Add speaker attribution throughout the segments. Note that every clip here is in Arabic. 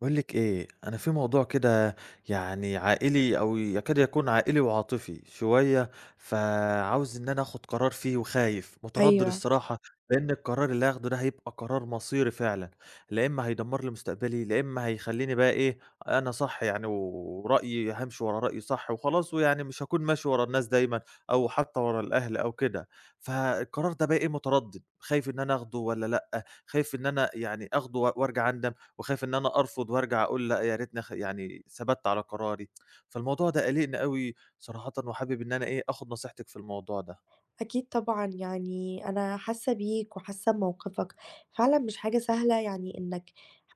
Speaker 1: باقول لِك إيه، أنا في موضوع كده يعني عائلي أو يكاد يكون عائلي وعاطفي شوية، فعاوز إن أنا آخُد قرار فيه وخايف، متردّد
Speaker 2: أيوه،
Speaker 1: الصراحة، لإن القرار اللي هاخده ده هيبقى قرار مصيري فعلًا، لا إمّا هيدمّر لي مستقبلي، لا إمّا هيخلّيني بقى إيه، أنا صح يعني ورأيي هامشي ورا رأيي صح وخلاص ويعني مش هاكون ماشي ورا الناس دايمًا أو حتّى ورا الأهل أو كده. فالقرار ده بقى إيه، متردّد، خايف إن أنا آخده والّا لأ، خايف إن أنا يعني آخده و وأرجع أندم وخايف إن أنا أرفض وأرجع أقول لأ يا ريتني يعني ثبَتّ على قراري، فالموضوع ده قالقني أوي صراحةً وحابب إن أنا إيه، آخُد نصيحتِك في الموضوع ده.
Speaker 2: أكيد طبعًا، يعني أنا حاسة بيك وحاسة بموقفك، فعلًا مش حاجة سهلة يعني إنك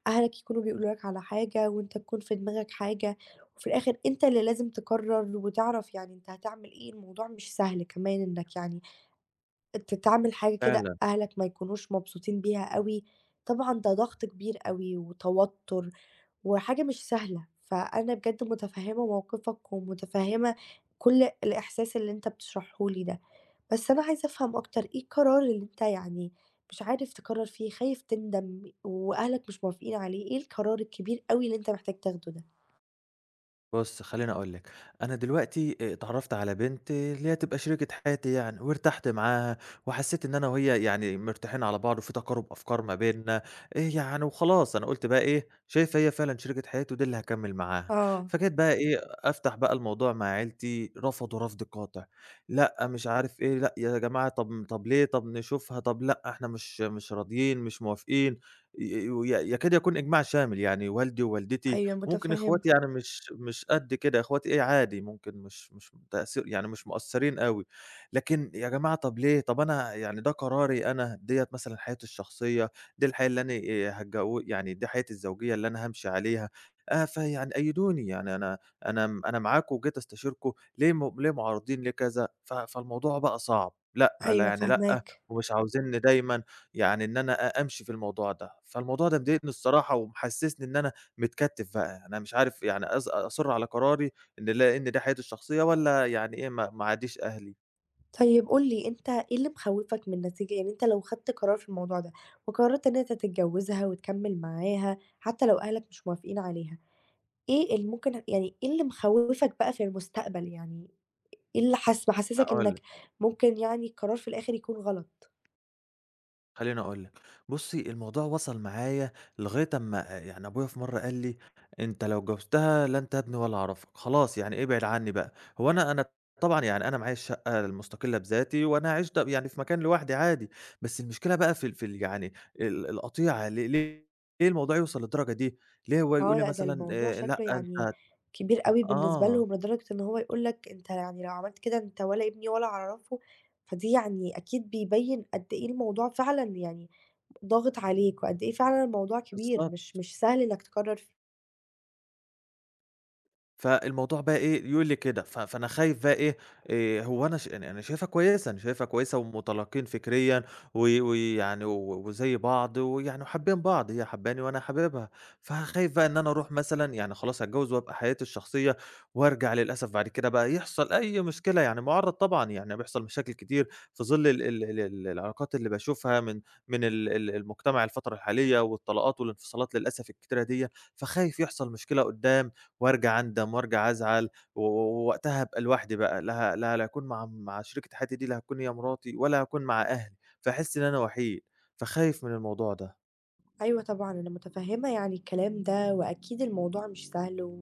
Speaker 2: أهلك يكونوا بيقولوا لك على حاجة وأنت تكون في دماغك حاجة، وفي الآخر أنت اللي لازم تقرر وتعرف يعني أنت هتعمل إيه، الموضوع مش سهل كمان إنك يعني أنت تعمل حاجة كده
Speaker 1: فعلًا.
Speaker 2: أهلك ما يكونوش مبسوطين بيها أوي، طبعًا ده ضغط كبير أوي وتوتر وحاجة مش سهلة، فأنا بجد متفهمة موقفك ومتفهمة كل الإحساس اللي أنت بتشرحه لي ده. بس أنا عايزة أفهم أكتر إيه القرار اللي أنت يعني مش عارف تقرر فيه، خايف تندم وأهلك مش موافقين عليه، إيه القرار الكبير أوي اللي أنت محتاج تاخده ده؟
Speaker 1: بُص، خلّيني أقول لك، أنا دلوقتي اتعرّفت على بنت اللي هي تبقى شريكة حياتي يعني وارتحت معاها وحسّيت إن أنا وهي يعني مرتاحين على بعض وفي تقارُب أفكار ما بيننا، يعني وخلاص أنا قُلت بقى إيه، شايف هي فعلًا شريكة حياتي ودي اللي هاكمّل معاها.
Speaker 2: آه،
Speaker 1: فجيت بقى إيه، أفتح بقى الموضوع مع عيلتي، رفضوا رَفْض قاطع، لأ مش عارف إيه، لأ يا جماعة طب طب ليه، طب نشوفها، طب لأ إحنا مش راضيين، مش موافقين، ي وي يكاد يكون إجماع شامل، يعني والدي ووالدتي
Speaker 2: أيوه
Speaker 1: ممكن
Speaker 2: متفهمة،
Speaker 1: إخواتي يعني مش قد كده، إخواتي إيه عادي ممكن مش متأثر يعني مش مقصّرين أوي، لكن يا جماعة طَب ليه؟ طَب أنا يعني ده قراري أنا، ديّة مثلًا حياتي الشخصية، دي الحياة اللي أنا هاتجو يعني دي حياتي الزوجية اللي أنا هامشي عليها، فيعني أيّدوني يعني أنا معاكم وجيت أستشيركم ليه معارضين ليه كذا؟ فالموضوع بقى صعب، لأ، لا
Speaker 2: أيوه
Speaker 1: يعني لأ،
Speaker 2: فاهماك.
Speaker 1: ومش عاوزينّي دايمًا يعني إن أنا أمشي في الموضوع ده، فالموضوع ده مضايقني الصراحة ومحسّسني إن أنا متكتّف بقى، يعني أنا مش عارف يعني أصِر على قراري إن لا إن ده حياتي الشخصية والّا يعني إيه ما أعاديش أهلي.
Speaker 2: طيب قُل لي أنت إيه اللي مخوّفك من النتيجة؟ يعني أنت لو خدت قرار في الموضوع ده وقررت إن أنت تتجوزها وتكمّل معاها حتى لو أهلك مش موافقين عليها، إيه اللي ممكن يعني إيه اللي مخوّفك بقى في المستقبل يعني؟ إيه اللي حاس محسسك
Speaker 1: هاقول
Speaker 2: إنك
Speaker 1: لك،
Speaker 2: ممكن يعني القرار في الآخر يكون غلط؟
Speaker 1: خلّيني أقول لك، بُصّي الموضوع وصل معايا لغاية أمّا يعني أبويا في مرّة قال لي: "أنت لو اتجوزتها لا أنت ابني ولا أعرفك، خلاص يعني ابعد عني بقى." هو أنا طبعًا يعني أنا معايا الشقة المستقلة بذاتي وأنا عِشت يعني في مكان لوحدي عادي، بس المشكلة بقى في ال في ال يعني القطيعة ل ليه ليه الموضوع يوصل للدرجة دي؟ ليه هو يقول
Speaker 2: آه،
Speaker 1: لي
Speaker 2: لأ ده
Speaker 1: مثلًا
Speaker 2: الموضوع
Speaker 1: لأ
Speaker 2: شكله يعني
Speaker 1: أنت
Speaker 2: كبير أوي بالنسبة
Speaker 1: آه.
Speaker 2: لهم، لدرجة إن هو يقول لك أنت يعني لو عملت كده أنت ولا ابني ولا أعرفه، فدي يعني أكيد بيبين قد إيه الموضوع فعلًا يعني ضاغط عليك، وقد إيه فعلًا الموضوع كبير
Speaker 1: بالضبط،
Speaker 2: مش مش سهل إنك تقرر فيه.
Speaker 1: فالموضوع بقى إيه، يقول لي كده، فأنا خايف بقى إيه، هو أنا يعني أنا شايفها كويسة، أنا شايفها كويسة ومتلاقين فكريًا ويعني وزي بعض ويعني وحابين بعض، هي حاباني وأنا حاببها، فخايف بقى إن أنا أروح مثلًا يعني خلاص هاتجوّز وأبقى حياتي الشخصية وأرجع للأسف بعد كده بقى يحصل أي مشكلة، يعني مُعرّض طبعًا، يعني بيحصل مشاكل كتير في ظل ال ال ال ال العلاقات اللي باشوفها من ال ال المجتمع الفترة الحالية والطلاقات والانفصالات للأسف الكتيرة ديّة، فخايف يحصل مشكلة قُدّام وارجع أندم وارجع أزعل ووقتها هابقى لوحدي بقى، لا ه لا لا هاكون مع شريكة حياتي دي لا هتكون هي مراتي ولا هاكون مع أهلي، فاحس إن أنا وحيد، فخايف من الموضوع ده.
Speaker 2: أيوه طبعًا أنا متفهمة يعني الكلام ده، وأكيد الموضوع مش سهل و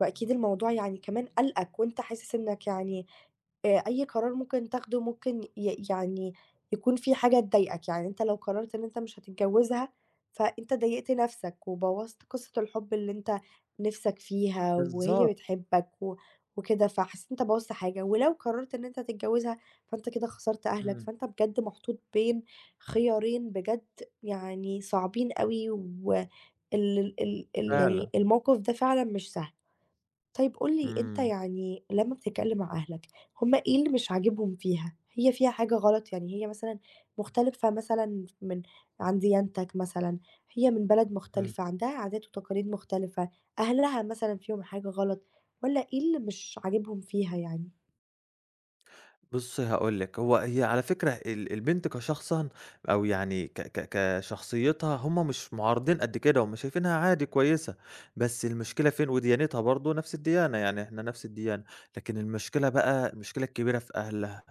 Speaker 2: وأكيد الموضوع يعني كمان قلقك وأنت حاسس إنك يعني أي قرار ممكن تاخده ممكن ي يعني يكون في حاجة تضايقك، يعني أنت لو قررت إن أنت مش هتتجوزها، فأنت ضايقت نفسك وبوّظت قصة الحب اللي أنت نِفْسك فيها وهي
Speaker 1: بالضبط.
Speaker 2: بتحبك وكده، فحسيت أنت بوّظت حاجة، ولو قررت إن أنت تتجوزها فأنت كده خسرت أهلك،
Speaker 1: إمم.
Speaker 2: فأنت بجد محطوط بين خيارين بجد يعني صعبين أوي، و ال ال ال
Speaker 1: فعلًا.
Speaker 2: يعني الموقف ده فعلًا مش سهل. طيب قُل لي أنت
Speaker 1: إمم.
Speaker 2: يعني لمّا بتتكلم مع أهلك، هُم إيه اللي مش عاجبهم فيها؟ هي فيها حاجة غلط؟ يعني هي مثلًا مختلفة مثلًا عن ديانتك مثلًا، هي من بلد
Speaker 1: إمم.
Speaker 2: مختلفة، عندها عادات وتقاليد مختلفة، أهلها مثلًا فيهم حاجة غلط، والّا إيه اللي مش عاجبهم فيها يعني؟
Speaker 1: بُصّي هاقول لِك، هو هي على فكرة البنت كشخصًا أو يعني ك ك كشخصيتها هم مش معارضين قد كده، هم شايفينها عادي كويسة، بس المشكلة فين وديانتها برضه نفس الديانة، يعني إحنا نفس الديانة، لكن المشكلة بقى المشكلة الكبيرة في أهلها،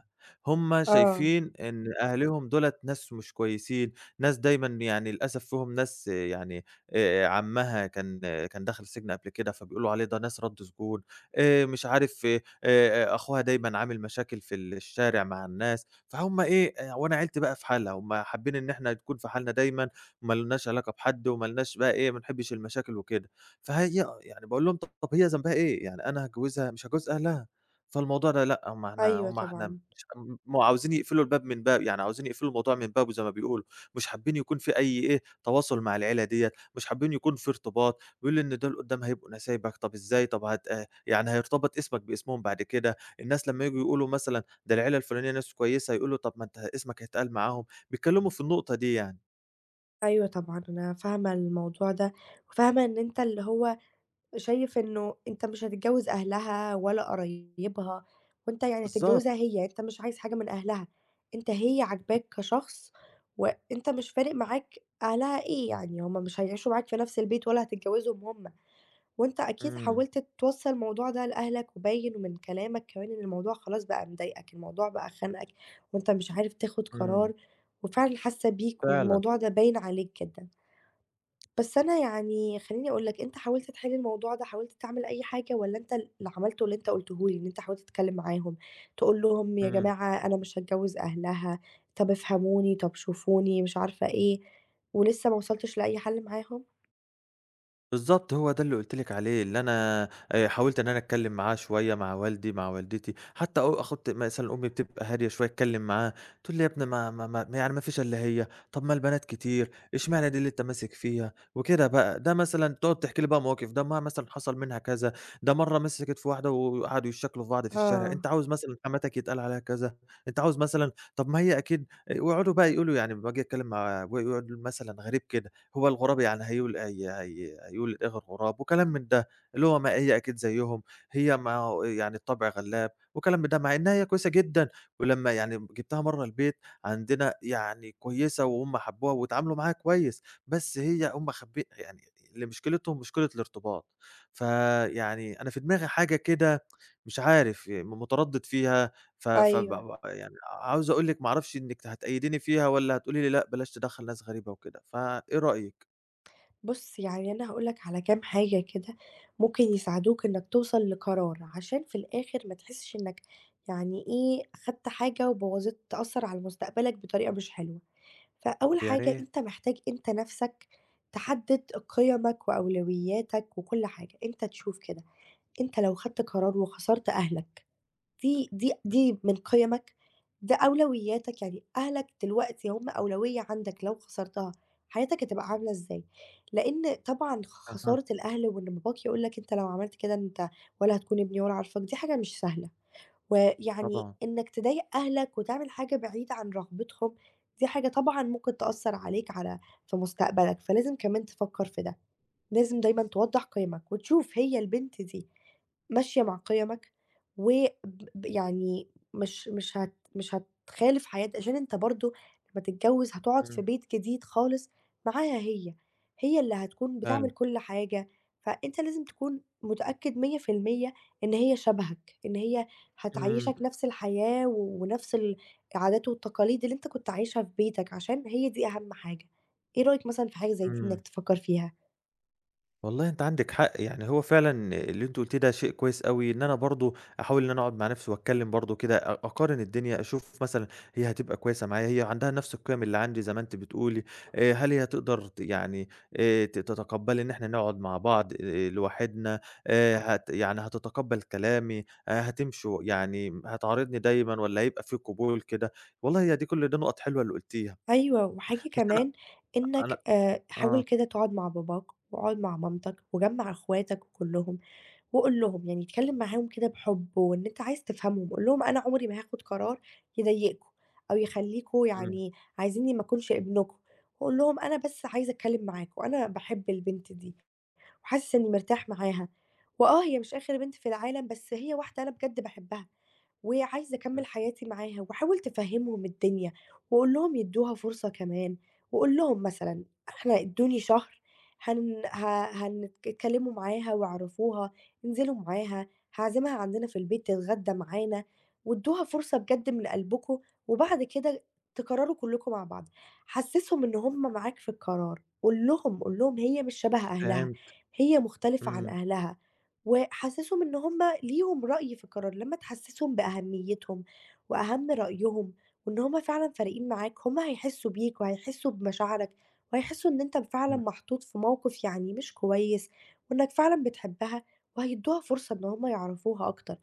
Speaker 1: هم
Speaker 2: آه،
Speaker 1: شايفين إن أهلهم دُولة ناس مش كويسين، ناس دايمًا يعني للأسف فيهم ناس آه، يعني عمّها كان آه، كان دخل السجن قبل كده، فبيقولوا عليه ده ناس رَدّ سجون، مش عارف أخوها دايمًا عامل مشاكل في الشارع مع الناس، فهُم إيه، آه، وأنا عيلتي بقى في حالها، هُم حابين إن إحنا نكون في حالنا دايمًا، ما لناش علاقة بحد وما لناش بقى إيه، ما نحبّش المشاكل وكده، فهي يعني باقول لهم: "طب هي ذنبها إيه؟ يعني أنا هاجوزها، مش هاجوز أهلها." فالموضوع ده لأ، هُم إحنا
Speaker 2: أيوه
Speaker 1: هُم إحنا
Speaker 2: طبعًا،
Speaker 1: مش م عاوزين يقفلوا الباب من باب يعني عاوزين يقفلوا الموضوع من بابه زي ما بيقولوا، مش حابين يكون في أي إيه، تواصل مع العيلة ديّة، مش حابين يكون في ارتباط، بيقولوا لي إن دول قدّام هيبقوا نسايبك، طب إزاي؟ طب يعني هيرتبط اسمك باسمهم بعد كده، الناس لمّا ييجوا يقولوا مثلًا ده العيلة الفلانية ناس كويسة، يقولوا طب ما أنت اسمك هيتقال معاهم، بيتكلموا في النقطة دي يعني.
Speaker 2: أنا فاهمة الموضوع ده، وفاهمة إن أنت اللي هو شايف إنه أنت مش هتتجوّز أهلها ولا قرايبها، وأنت يعني
Speaker 1: بالضبط.
Speaker 2: هتتجوّزها هي، أنت مش عايز حاجة من أهلها، أنت هي عاجباك كشخص، وأنت مش فارق معاك أهلها إيه يعني، هم مش هيعيشوا معاك في نفْس البيت ولا هتتجوّزهم هم، وأنت أكيد
Speaker 1: إمم.
Speaker 2: حاولت توصّل الموضوع ده لأهلك، وباين من كلامك كمان إن الموضوع خلاص بقى مضايقك، الموضوع بقى خانقك، وأنت مش عارف تاخد
Speaker 1: إمم.
Speaker 2: قرار، وفعلًا حاسة بيك
Speaker 1: فعلًا.
Speaker 2: والموضوع ده باين عليك جدًا. بس أنا يعني خلّيني أقول لك، أنت حاولت تحل الموضوع ده، حاولت تعمل أي حاجة والّا أنت اللي عملته اللي أنت قُلته لي، إن أنت حاولت تتكلم معاهم، تقول لهم يا
Speaker 1: إمم.
Speaker 2: جماعة أنا مش هاتجوّز أهلها، طَب افهموني، طَب شوفوني، مش عارفة إيه، ولسه ما وصلتش لأي حل معاهم؟
Speaker 1: بالضبط، هو ده اللي قُلت لِك عليه، اللي أنا حاولت إن أنا أتكلّم معاه شوية، مع والدي، مع والدتي، حتى أخدت مثلًا أمي بتبقى هادية شوية أتكلّم معاها، تقول لي: "يا ابني ما يعني ما فيش إلا هي، طَب ما البنات كتير، اشمعنى دي اللي أنت ماسك فيها؟" وكده بقى. ده مثلًا تقعد تحكي لي بقى مواقف، ده أمها مثلًا حصل منها كذا، ده مرّة مسكت في واحدة وقعدوا يشّكلوا في بعض في الشارع،
Speaker 2: آه،
Speaker 1: "أنت عاوز مثلًا حماتك يتقال عليها كذا، أنت عاوز مثلًا" طَب ما هي أكيد ويقعدوا بقى يقولوا يعني لمّا باجي أتكلّم مع و يقعد مثلًا غريب كده. هو الغراب يعني هيول هي هي هيقول غراب وكلام من ده، اللي هو ما هي أكيد زيّهم، هي ما هو يعني الطبع غلّاب وكلام من ده، مع إنها هي كويسة جدًا، ولمّا يعني جِبتها مرّة البيت عندنا يعني كويسة وهُم حبّوها واتعاملوا معاها كويس، بس هي هُم خابي يعني اللي مشكلتهم مشكلة الارتباط، فيعني أنا في دماغي حاجة كده مش عارف متردّد فيها ف فب
Speaker 2: أيوه.
Speaker 1: ب يعني عاوز أقول لِك ما أعرفش إنِّك هتأيّديني فيها والّا هتقولي لي لأ بلاش تدخّل ناس غريبة وكده، فإيه رأيك؟
Speaker 2: بُص، يعني أنا هاقول لك على كام حاجة كده ممكن يساعدوك إنّك توصل لقرار، عشان في الآخر ما تحسّش إنّك يعني إيه، خدت حاجة وبوّظت تأثّر على مستقبلك بطريقة مش حلوة. فأول
Speaker 1: طب يا
Speaker 2: حاجة
Speaker 1: ريت.
Speaker 2: أنت محتاج أنت نَفْسك تحدِّد قِيَمك وأولوياتك وكل حاجة، أنت تشوف كده، أنت لو خدت قرار وخسرت أهلك دي من قِيَمك، ده أولوياتك، يعني أهلك دلوقتي هم أولوية عندك لو خسرتها، حياتك هتبقى عاملة إزاي؟ لإن طبعًا
Speaker 1: أها.
Speaker 2: خسارة الأهل وإن باباك يقول لك أنت لو عملت كده أنت ولا هتكون ابني ولا عارفاك، دي حاجة مش سهلة. ويعني
Speaker 1: طبعًا.
Speaker 2: إنك تضايق أهلك وتعمل حاجة بعيد عن رغبتهم، دي حاجة طبعًا ممكن تأثّر عليك على في مستقبلك، فلازم كمان تفكّر في ده. لازم دايمًا توضّح قيمك، وتشوف هي البنت دي ماشية مع قيمك وب ب يعني مش مش هت مش هتخالف حياتك عشان أنت برضه لمّا تتجوّز هتقعد
Speaker 1: إمم.
Speaker 2: في بيت جديد خالص معاها هي، هي اللي هتكون
Speaker 1: فعلًا.
Speaker 2: بتعمل كل حاجة، فأنت لازم تكون متأكد 100% إن هي شبهك، إن هي
Speaker 1: إمم.
Speaker 2: هتعيّشك نفس الحياة ونفس العادات والتقاليد اللي أنت كنت عايشها في بيتك، عشان هي دي أهم حاجة. إيه رأيك مثلًا في حاجة زي دي إنك
Speaker 1: إمم.
Speaker 2: تفكّر فيها؟
Speaker 1: والله أنتِ عندِك حق، يعني هو فعلًا اللي أنتِ قلتيه ده شيء كويس أوي، إن أنا برضه أحاول إن أنا أقعد مع نفسي وأتكلم برضه كده، أقارن الدنيا، أشوف مثلًا هي هتبقى كويسة معايا، هي عندها نفس القيم اللي عندي زي ما أنتِ بتقولي، هل هي تقدر يعني تتقبلي إن إحنا نقعد مع بعض لوحدنا، يعني هتتقبل كلامي، يعني هتعارضني دايمًا والّا هيبقى في قبول كده، والله هي دي كل ده نقط حلوة اللي قلتيها،
Speaker 2: أيوه، وحاجة
Speaker 1: بس أنا
Speaker 2: كمان
Speaker 1: أنا
Speaker 2: إنّك حاول
Speaker 1: آه.
Speaker 2: كده تقعد مع باباك واقعد مع مامتك وجمّع أخواتك كلّهم وقُل لهم، يعني اتكلّم معاهم كده بحُب وإن أنت عايز تفهمهم، قُل لهم أنا عمري ما هاخد قرار يضايقكم أو يخلّيكم
Speaker 1: إمم.
Speaker 2: يعني عايزينّي ما أكونش ابنكم، وقُل لهم أنا بس عايز أتكلّم معاكم، أنا باحب البنت دي وحاسس إنّي مرتاح معاها، وآه هي مش آخر بنت في العالم، بس هي واحدة أنا بجد باحبها. وعايزة
Speaker 1: إمم.
Speaker 2: أكمّل حياتي معاها، واحاول تفهّمهم الدنيا، واقول لهم يدّوها فرصة كمان، واقول لهم مثلًا إحنا ادّوني شهر هن ه هن اتكلّموا معاها وعرّفوها، انزلوا معاها، هاعزمها عندنا في البيت تتغدى معانا، وادّوها فرصة بجد من قلبكم، وبعد كده تقرروا كلّكم مع بعض، حسّسهم إن هم معاك في القرار، قُل لهم هي مش شبه أهلها،
Speaker 1: فهمت.
Speaker 2: هي مختلفة عن
Speaker 1: إمم.
Speaker 2: أهلها. وحسّسهم إن هُم ليهم رأي في القرار، لمّا تحسّسهم بأهميتهم وأهم رأيهم وإن هُم فعلًا فارقين معاك، هُم هيحسّوا بيك وهيحسّوا بمشاعرك وهيحسّوا إن أنت فعلًا
Speaker 1: إمم.
Speaker 2: محطوط في موقف يعني مش كويس وإنّك فعلًا بتحبها وهيدّوها فرصة إن هُم يعرفوها أكتر.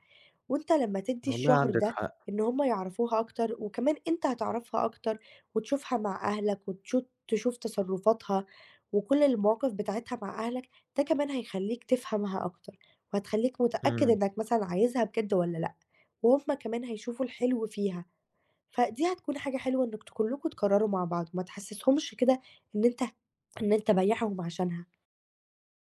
Speaker 2: وأنت لمّا تدّي
Speaker 1: والله
Speaker 2: الشهر
Speaker 1: عندِك
Speaker 2: ده
Speaker 1: حق.
Speaker 2: إن هم يعرفوها أكتر، وكمان أنت هتعرفها أكتر وتشوفها مع أهلك تشوف تصرفاتها وكل المواقف بتاعتها مع أهلك، ده كمان هيخلّيك تفهمها أكتر، وهتخلّيك متأكد
Speaker 1: إمم.
Speaker 2: إنك مثلًا عايزها بجد والّا لأ، وهم كمان هيشوفوا الحلو فيها، فدي هتكون حاجة حلوة إنك كلّكم تقرروا مع بعض، وما تحسسهمش كده إن أنت إن أنت بايعهم عشانها.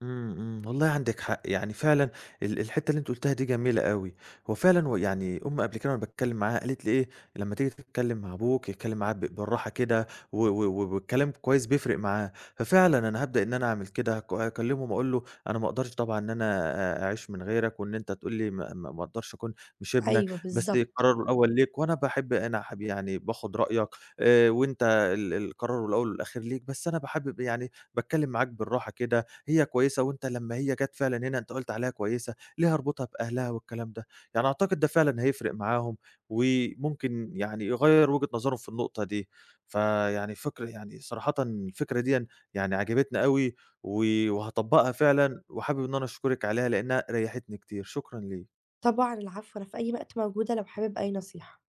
Speaker 1: إمم، إمم، والله عندِك حق، يعني فعلًا الحتّة اللي أنتِ قُلتيها دي جميلة أوي، هو فعلًا يعني أمي قبل كده وأنا باتكلّم معاها قالت لي إيه، لمّا تيجي تتكلّم مع أبوك اتكلّم معاه بالراحة كده و و و والكلام كويس بيفرق معاه، ففعلًا أنا هابدأ إن أنا أعمل كده هاكلّمهم أقول له أنا ما أقدرش طبعًا إن أنا أعيش من غيرك وإن أنت تقول لي ما أقدرش أكون مش ابنك،
Speaker 2: أيوه
Speaker 1: بس
Speaker 2: بالضبط.
Speaker 1: القرار الأول ليك وأنا باحب أنا حب يعني باخُد رأيك وأنت القرار الأول والأخير ليك، بس أنا باحابب يعني باتكلّم معاك بالراحة كده هي كويسة وأنت لمّا هي جات فعلًا هنا أنت قُلت عليها كويسة، ليه هاربطها بأهلها والكلام ده؟ يعني أعتقد ده فعلًا هيفرق معاهم، وممكن يعني يغيّر وجهة نظرهم في النقطة دي. فيعني فكرة يعني صراحةً الفكرة ديًا يعني عجبتني أوي، و وهاطبّقها فعلًا، وحابب إن أنا أشكرِك عليها لإنها ريّحتني كتير، شكرًا ليك.
Speaker 2: طبعًا العفو، أنا في أي وقت موجودة لو حابب أي نصيحة.